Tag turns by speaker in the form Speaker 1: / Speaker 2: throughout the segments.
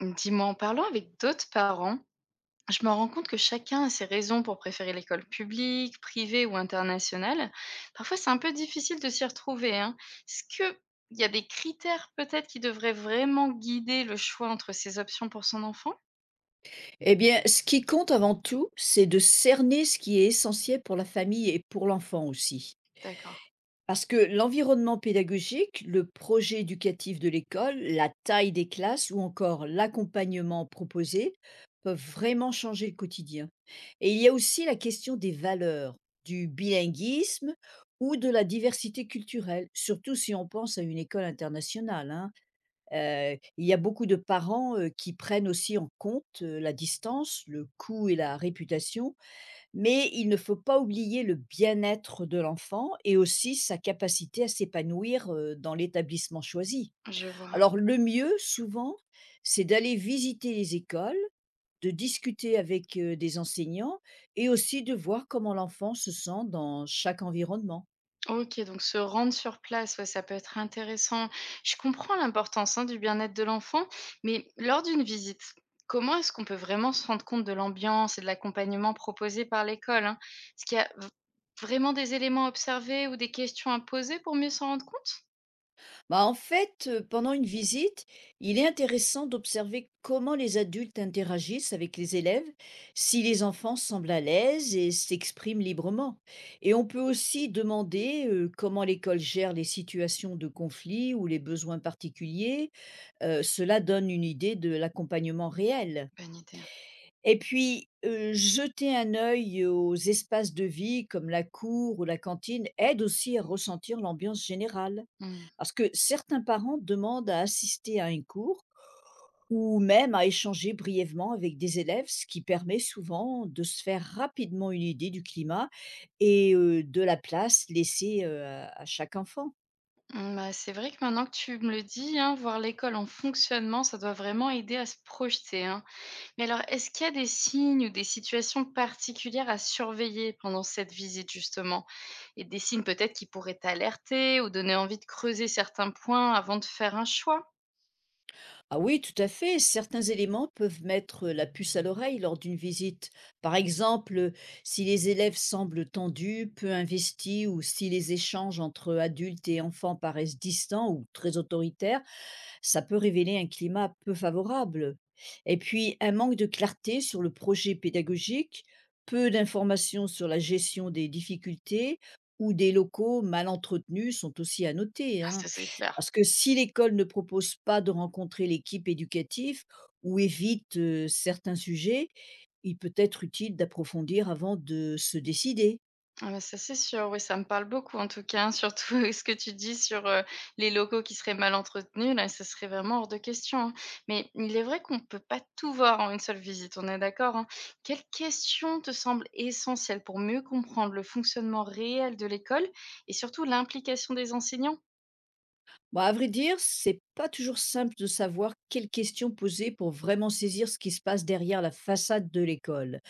Speaker 1: Dis-moi, en parlant avec d'autres parents, je me rends compte que chacun a ses raisons pour préférer l'école publique, privée ou internationale. Parfois, c'est un peu difficile de s'y retrouver, hein. Est-ce qu'il y a des critères peut-être qui devraient vraiment guider le choix entre ces options pour son enfant?
Speaker 2: Eh bien, ce qui compte avant tout, c'est de cerner ce qui est essentiel pour la famille et pour l'enfant aussi.
Speaker 1: D'accord,
Speaker 2: Parce que l'environnement pédagogique, le projet éducatif de l'école, la taille des classes ou encore l'accompagnement proposé peuvent vraiment changer le quotidien. Et il y a aussi la question des valeurs, du bilinguisme ou de la diversité culturelle, surtout si on pense à une école internationale, hein. Il y a beaucoup de parents, qui prennent aussi en compte, la distance, le coût et la réputation, mais il ne faut pas oublier le bien-être de l'enfant et aussi sa capacité à s'épanouir, dans l'établissement choisi.
Speaker 1: je vois.
Speaker 2: Alors le mieux souvent, c'est d'aller visiter les écoles, de discuter avec, des enseignants et aussi de voir comment l'enfant se sent dans chaque environnement.
Speaker 1: OK, donc se rendre sur place, ouais, ça peut être intéressant. Je comprends l'importance, hein, du bien-être de l'enfant, mais lors d'une visite, comment est-ce qu'on peut vraiment se rendre compte de l'ambiance et de l'accompagnement proposé par l'école, hein? Est-ce qu'il y a v- Vraiment des éléments à observer ou des questions à poser pour mieux s'en rendre compte?
Speaker 2: Bah, en fait, pendant une visite, il est intéressant d'observer comment les adultes interagissent avec les élèves, si les enfants semblent à l'aise et s'expriment librement. Et on peut aussi demander, comment l'école gère les situations de conflit ou les besoins particuliers, cela donne une idée de l'accompagnement réel.
Speaker 1: Bonne idée.
Speaker 2: Et puis, jeter un œil aux espaces de vie comme la cour ou la cantine aide aussi à ressentir l'ambiance générale.
Speaker 1: Hmm.
Speaker 2: Parce que certains parents demandent à assister à un cours ou même à échanger brièvement avec des élèves, ce qui permet souvent de se faire rapidement une idée du climat et de la place laissée, à chaque enfant.
Speaker 1: Hmm, bah, c'est vrai que maintenant que tu me le dis, hein, voir l'école en fonctionnement, ça doit vraiment aider à se projeter, hein. Mais alors, est-ce qu'il y a des signes ou des situations particulières à surveiller pendant cette visite, justement? Et des signes peut-être qui pourraient t'alerter ou donner envie de creuser certains points avant de faire un choix?
Speaker 2: Ah oui, tout à fait, certains éléments peuvent mettre la puce à l'oreille lors d'une visite. Par exemple, si les élèves semblent tendus, peu investis ou si les échanges entre adultes et enfants paraissent distants ou très autoritaires, ça peut révéler un climat peu favorable. Et puis, un manque de clarté sur le projet pédagogique, peu d'informations sur la gestion des difficultés ou des locaux mal entretenus sont aussi à noter,
Speaker 1: Ah,
Speaker 2: hein.
Speaker 1: ça, c'est clair.
Speaker 2: Parce que si l'école ne propose pas de rencontrer l'équipe éducative ou évite certains sujets, il peut être utile d'approfondir avant de se décider.
Speaker 1: Ah bah, ça, c'est sûr, oui, ça me parle beaucoup en tout cas, hein, surtout, ce que tu dis sur, les locaux qui seraient mal entretenus, là, ce serait vraiment hors de question, hein. Mais il est vrai qu'on ne peut pas tout voir en une seule visite, on est d'accord, hein? Quelles questions te semblent essentielles pour mieux comprendre le fonctionnement réel de l'école et surtout l'implication des enseignants?
Speaker 2: Bah, à vrai dire, c'est pas toujours simple de savoir quelles questions poser pour vraiment saisir ce qui se passe derrière la façade de l'école.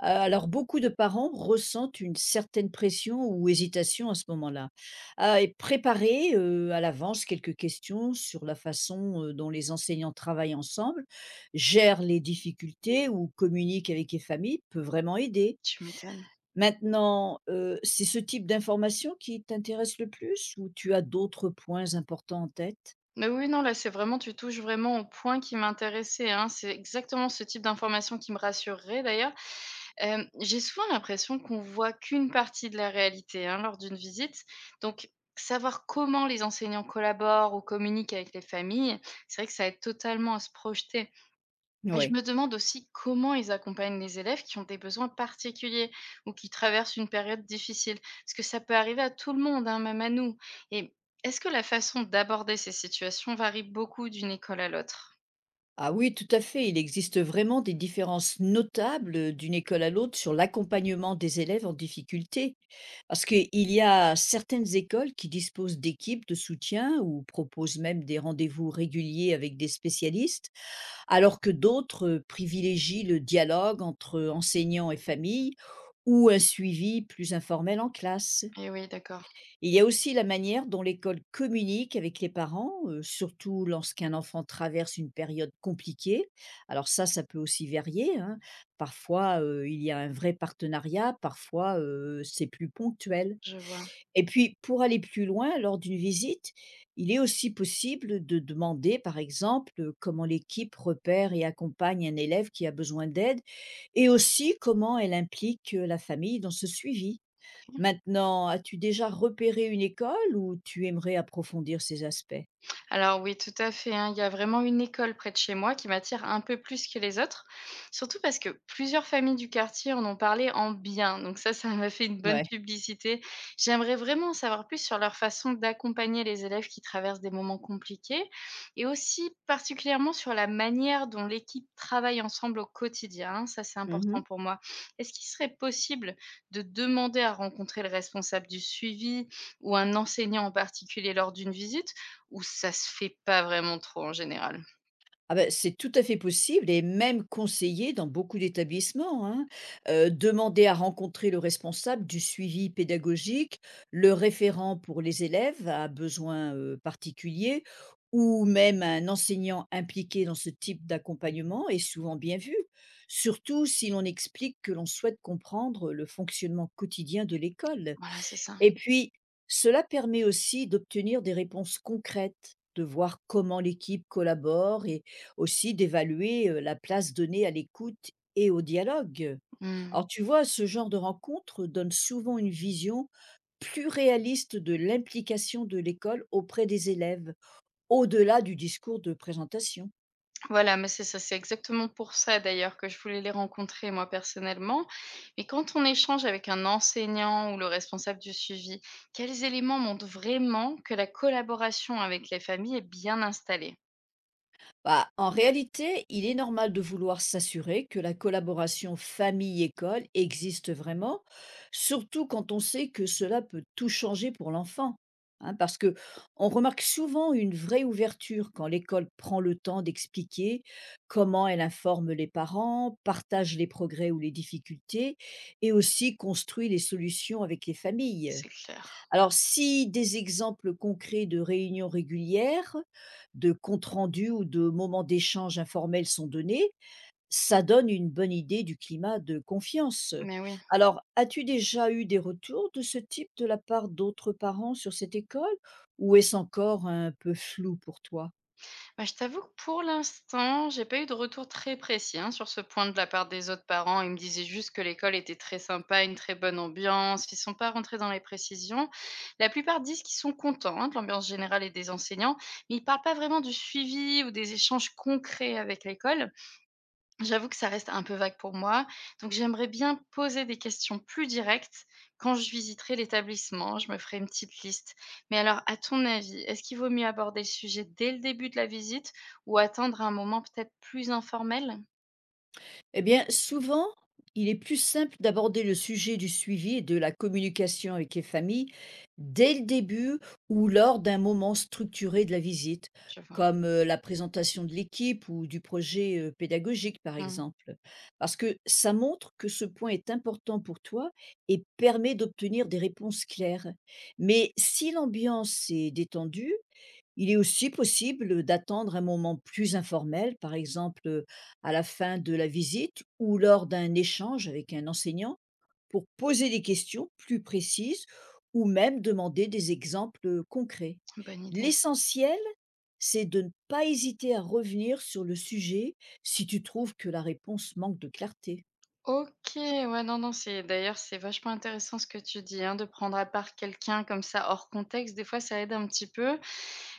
Speaker 2: Alors, beaucoup de parents ressentent une certaine pression ou hésitation à ce moment-là. Ah, et préparer à l'avance quelques questions sur la façon dont les enseignants travaillent ensemble, gèrent les difficultés ou communiquent avec les familles peut vraiment aider.
Speaker 1: Tu m'étonnes.
Speaker 2: Maintenant, c'est ce type d'information qui t'intéresse le plus ou tu as d'autres points importants en tête?
Speaker 1: Mais oui, non, là, c'est vraiment tu touches vraiment au point qui m'intéressait, hein. C'est exactement ce type d'information qui me rassurerait d'ailleurs. Hem, j'ai souvent l'impression qu'on voit qu'une partie de la réalité, hein, lors d'une visite. Donc savoir comment les enseignants collaborent ou communiquent avec les familles, c'est vrai que ça aide totalement à se projeter. Et
Speaker 2: Oui.
Speaker 1: je me demande aussi comment ils accompagnent les élèves qui ont des besoins particuliers ou qui traversent une période difficile. Parce que ça peut arriver à tout le monde, hein, même à nous. Et est-ce que la façon d'aborder ces situations varie beaucoup d'une école à l'autre?
Speaker 2: Ah oui, tout à fait. Il existe vraiment des différences notables d'une école à l'autre sur l'accompagnement des élèves en difficulté. Parce qu'il y a certaines écoles qui disposent d'équipes de soutien ou proposent même des rendez-vous réguliers avec des spécialistes, alors que d'autres privilégient le dialogue entre enseignants et famille ou un suivi plus informel en classe.
Speaker 1: Eh oui, d'accord,
Speaker 2: Il y a aussi la manière dont l'école communique avec les parents, surtout lorsqu'un enfant traverse une période compliquée. Alors ça peut aussi varier, hein. Parfois, il y a un vrai partenariat, parfois, c'est plus ponctuel.
Speaker 1: je vois.
Speaker 2: Et puis, pour aller plus loin, lors d'une visite, il est aussi possible de demander, par exemple, comment l'équipe repère et accompagne un élève qui a besoin d'aide et aussi comment elle implique, la famille dans ce suivi. Maintenant, as-tu déjà repéré une école où tu aimerais approfondir ces aspects?
Speaker 1: Alors oui, tout à fait, hein. Il y a vraiment une école près de chez moi qui m'attire un peu plus que les autres, surtout parce que plusieurs familles du quartier en ont parlé en bien. Donc ça m'a fait une bonne
Speaker 2: Ouais.
Speaker 1: publicité. J'aimerais vraiment en savoir plus sur leur façon d'accompagner les élèves qui traversent des moments compliqués et aussi particulièrement sur la manière dont l'équipe travaille ensemble au quotidien, hein. Ça, c'est important
Speaker 2: Mmh.
Speaker 1: pour moi. Est-ce qu'il serait possible de demander à rencontrer le responsable du suivi ou un enseignant en particulier lors d'une visite? Où ça se fait pas vraiment trop en général.
Speaker 2: Ah ben c'est tout à fait possible et même conseillé dans beaucoup d'établissements, hein. Demander à rencontrer le responsable du suivi pédagogique, le référent pour les élèves à besoins, particuliers ou même un enseignant impliqué dans ce type d'accompagnement est souvent bien vu, surtout si l'on explique que l'on souhaite comprendre le fonctionnement quotidien de l'école.
Speaker 1: Voilà, c'est ça.
Speaker 2: Et puis, cela permet aussi d'obtenir des réponses concrètes, de voir comment l'équipe collabore et aussi d'évaluer la place donnée à l'écoute et au dialogue.
Speaker 1: Mmh.
Speaker 2: Alors tu vois, ce genre de rencontre donne souvent une vision plus réaliste de l'implication de l'école auprès des élèves, au-delà du discours de présentation.
Speaker 1: Voilà, mais c'est ça, c'est exactement pour ça d'ailleurs que je voulais les rencontrer moi personnellement. Mais quand on échange avec un enseignant ou le responsable du suivi, quels éléments montrent vraiment que la collaboration avec les familles est bien installée?
Speaker 2: Bah, en réalité, il est normal de vouloir s'assurer que la collaboration famille-école existe vraiment, surtout quand on sait que cela peut tout changer pour l'enfant. Hein, parce que on remarque souvent une vraie ouverture quand l'école prend le temps d'expliquer comment elle informe les parents, partage les progrès ou les difficultés, et aussi construit les solutions avec les familles.
Speaker 1: C'est clair.
Speaker 2: Alors, si des exemples concrets de réunions régulières, de comptes rendus ou de moments d'échange informels sont donnés, ça donne une bonne idée du climat de confiance.
Speaker 1: Mais oui.
Speaker 2: Alors, as-tu déjà eu des retours de ce type de la part d'autres parents sur cette école ou est-ce encore un peu flou pour toi?
Speaker 1: Bah, je t'avoue que pour l'instant, j'ai pas eu de retour très précis, hein, sur ce point de la part des autres parents. Ils me disaient juste que l'école était très sympa, une très bonne ambiance. Ils sont pas rentrés dans les précisions. La plupart disent qu'ils sont contents, hein, de l'ambiance générale et des enseignants, mais ils parlent pas vraiment du suivi ou des échanges concrets avec l'école. J'avoue que ça reste un peu vague pour moi, donc j'aimerais bien poser des questions plus directes quand je visiterai l'établissement, je me ferai une petite liste. Mais alors, à ton avis, est-ce qu'il vaut mieux aborder le sujet dès le début de la visite ou attendre un moment peut-être plus informel?
Speaker 2: Eh bien, souvent, il est plus simple d'aborder le sujet du suivi et de la communication avec les familles dès le début ou lors d'un moment structuré de la visite,
Speaker 1: Je vois.
Speaker 2: comme la présentation de l'équipe ou du projet pédagogique, par
Speaker 1: Hmm,
Speaker 2: exemple. Parce que ça montre que ce point est important pour toi et permet d'obtenir des réponses claires. Mais si l'ambiance est détendue, il est aussi possible d'attendre un moment plus informel, par exemple à la fin de la visite ou lors d'un échange avec un enseignant, pour poser des questions plus précises ou même demander des exemples concrets.
Speaker 1: bonne idée.
Speaker 2: L'essentiel, c'est de ne pas hésiter à revenir sur le sujet si tu trouves que la réponse manque de clarté.
Speaker 1: Ok, ouais, non, non, c'est d'ailleurs, c'est vachement intéressant ce que tu dis, hein, de prendre à part quelqu'un comme ça hors contexte. Des fois, ça aide un petit peu.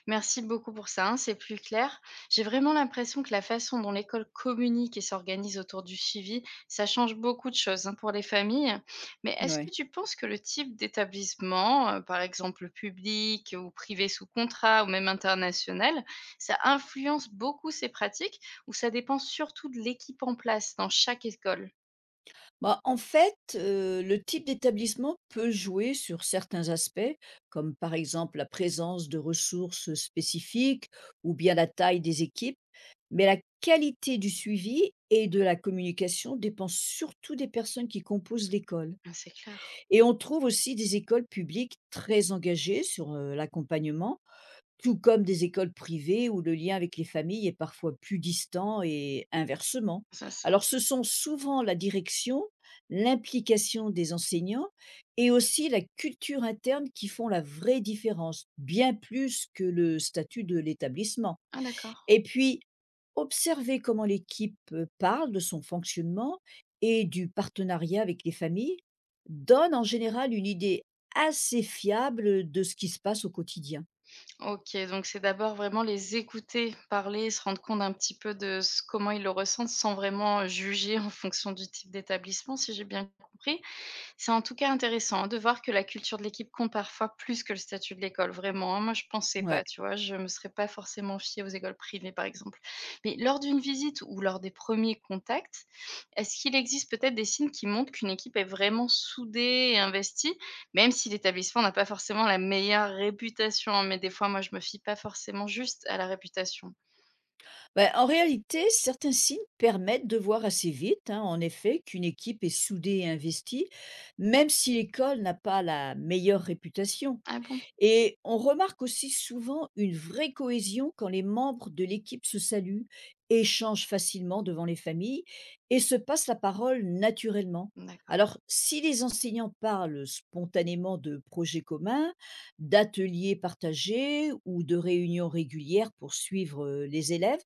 Speaker 1: Merci beaucoup pour ça, hein, c'est plus clair. J'ai vraiment l'impression que la façon dont l'école communique et s'organise autour du suivi, ça change beaucoup de choses, hein, pour les familles. Mais est-ce
Speaker 2: Ouais.
Speaker 1: que tu penses que le type d'établissement, par exemple public ou privé sous contrat ou même international, ça influence beaucoup ces pratiques ou ça dépend surtout de l'équipe en place dans chaque école?
Speaker 2: Bah, en fait, le type d'établissement peut jouer sur certains aspects, comme par exemple la présence de ressources spécifiques ou bien la taille des équipes, mais la qualité du suivi et de la communication dépend surtout des personnes qui composent l'école.
Speaker 1: Ah, c'est clair,
Speaker 2: Et on trouve aussi des écoles publiques très engagées sur, l'accompagnement tout comme des écoles privées où le lien avec les familles est parfois plus distant et inversement.
Speaker 1: ça, ça.
Speaker 2: Alors ce sont souvent la direction, l'implication des enseignants et aussi la culture interne qui font la vraie différence, bien plus que le statut de l'établissement.
Speaker 1: Ah d'accord.
Speaker 2: Et puis, observer comment l'équipe parle de son fonctionnement et du partenariat avec les familles donne en général une idée assez fiable de ce qui se passe au quotidien.
Speaker 1: OK, donc c'est d'abord vraiment les écouter parler, se rendre compte un petit peu de ce comment ils le ressentent sans vraiment juger en fonction du type d'établissement, si j'ai bien compris. C'est en tout cas intéressant de voir que la culture de l'équipe compte parfois plus que le statut de l'école, vraiment, hein. Moi, je pensais
Speaker 2: Ouais.
Speaker 1: pas, tu vois? Je me serais pas forcément fiée aux écoles privées, par exemple. Mais lors d'une visite ou lors des premiers contacts, est-ce qu'il existe peut-être des signes qui montrent qu'une équipe est vraiment soudée et investie, même si l'établissement n'a pas forcément la meilleure réputation, hein? Mais des fois, moi, je me fie pas forcément juste à la réputation.
Speaker 2: Bah, en réalité, certains signes permettent de voir assez vite, hein, en effet, qu'une équipe est soudée et investie, même si l'école n'a pas la meilleure réputation.
Speaker 1: Ah bon?
Speaker 2: Et on remarque aussi souvent une vraie cohésion quand les membres de l'équipe se saluent, échangent facilement devant les familles et se passent la parole naturellement.
Speaker 1: D'accord.
Speaker 2: Alors, si les enseignants parlent spontanément de projets communs, d'ateliers partagés ou de réunions régulières pour suivre les élèves,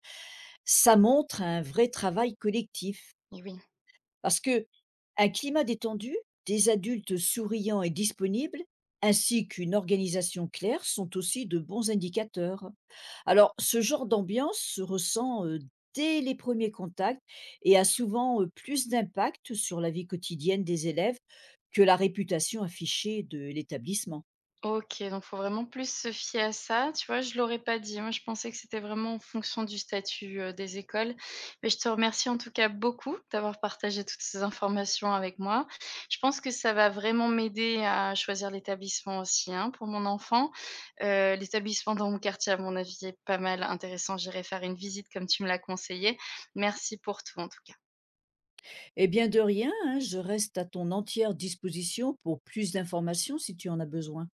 Speaker 2: ça montre un vrai travail collectif.
Speaker 1: Et oui.
Speaker 2: Parce que un climat détendu, des adultes souriants et disponibles, ainsi qu'une organisation claire sont aussi de bons indicateurs. Alors, ce genre d'ambiance se ressent dès les premiers contacts et a souvent plus d'impact sur la vie quotidienne des élèves que la réputation affichée de l'établissement.
Speaker 1: OK, donc faut vraiment plus se fier à ça. Tu vois, je l'aurais pas dit. Moi, je pensais que c'était vraiment en fonction du statut, des écoles. Mais je te remercie en tout cas beaucoup d'avoir partagé toutes ces informations avec moi. Je pense que ça va vraiment m'aider à choisir l'établissement aussi, hein, pour mon enfant. L'établissement dans mon quartier, à mon avis, est pas mal intéressant. J'irai faire une visite comme tu me l'as conseillé. Merci pour tout en tout cas.
Speaker 2: Eh bien, de rien, hein, je reste à ton entière disposition pour plus d'informations si tu en as besoin.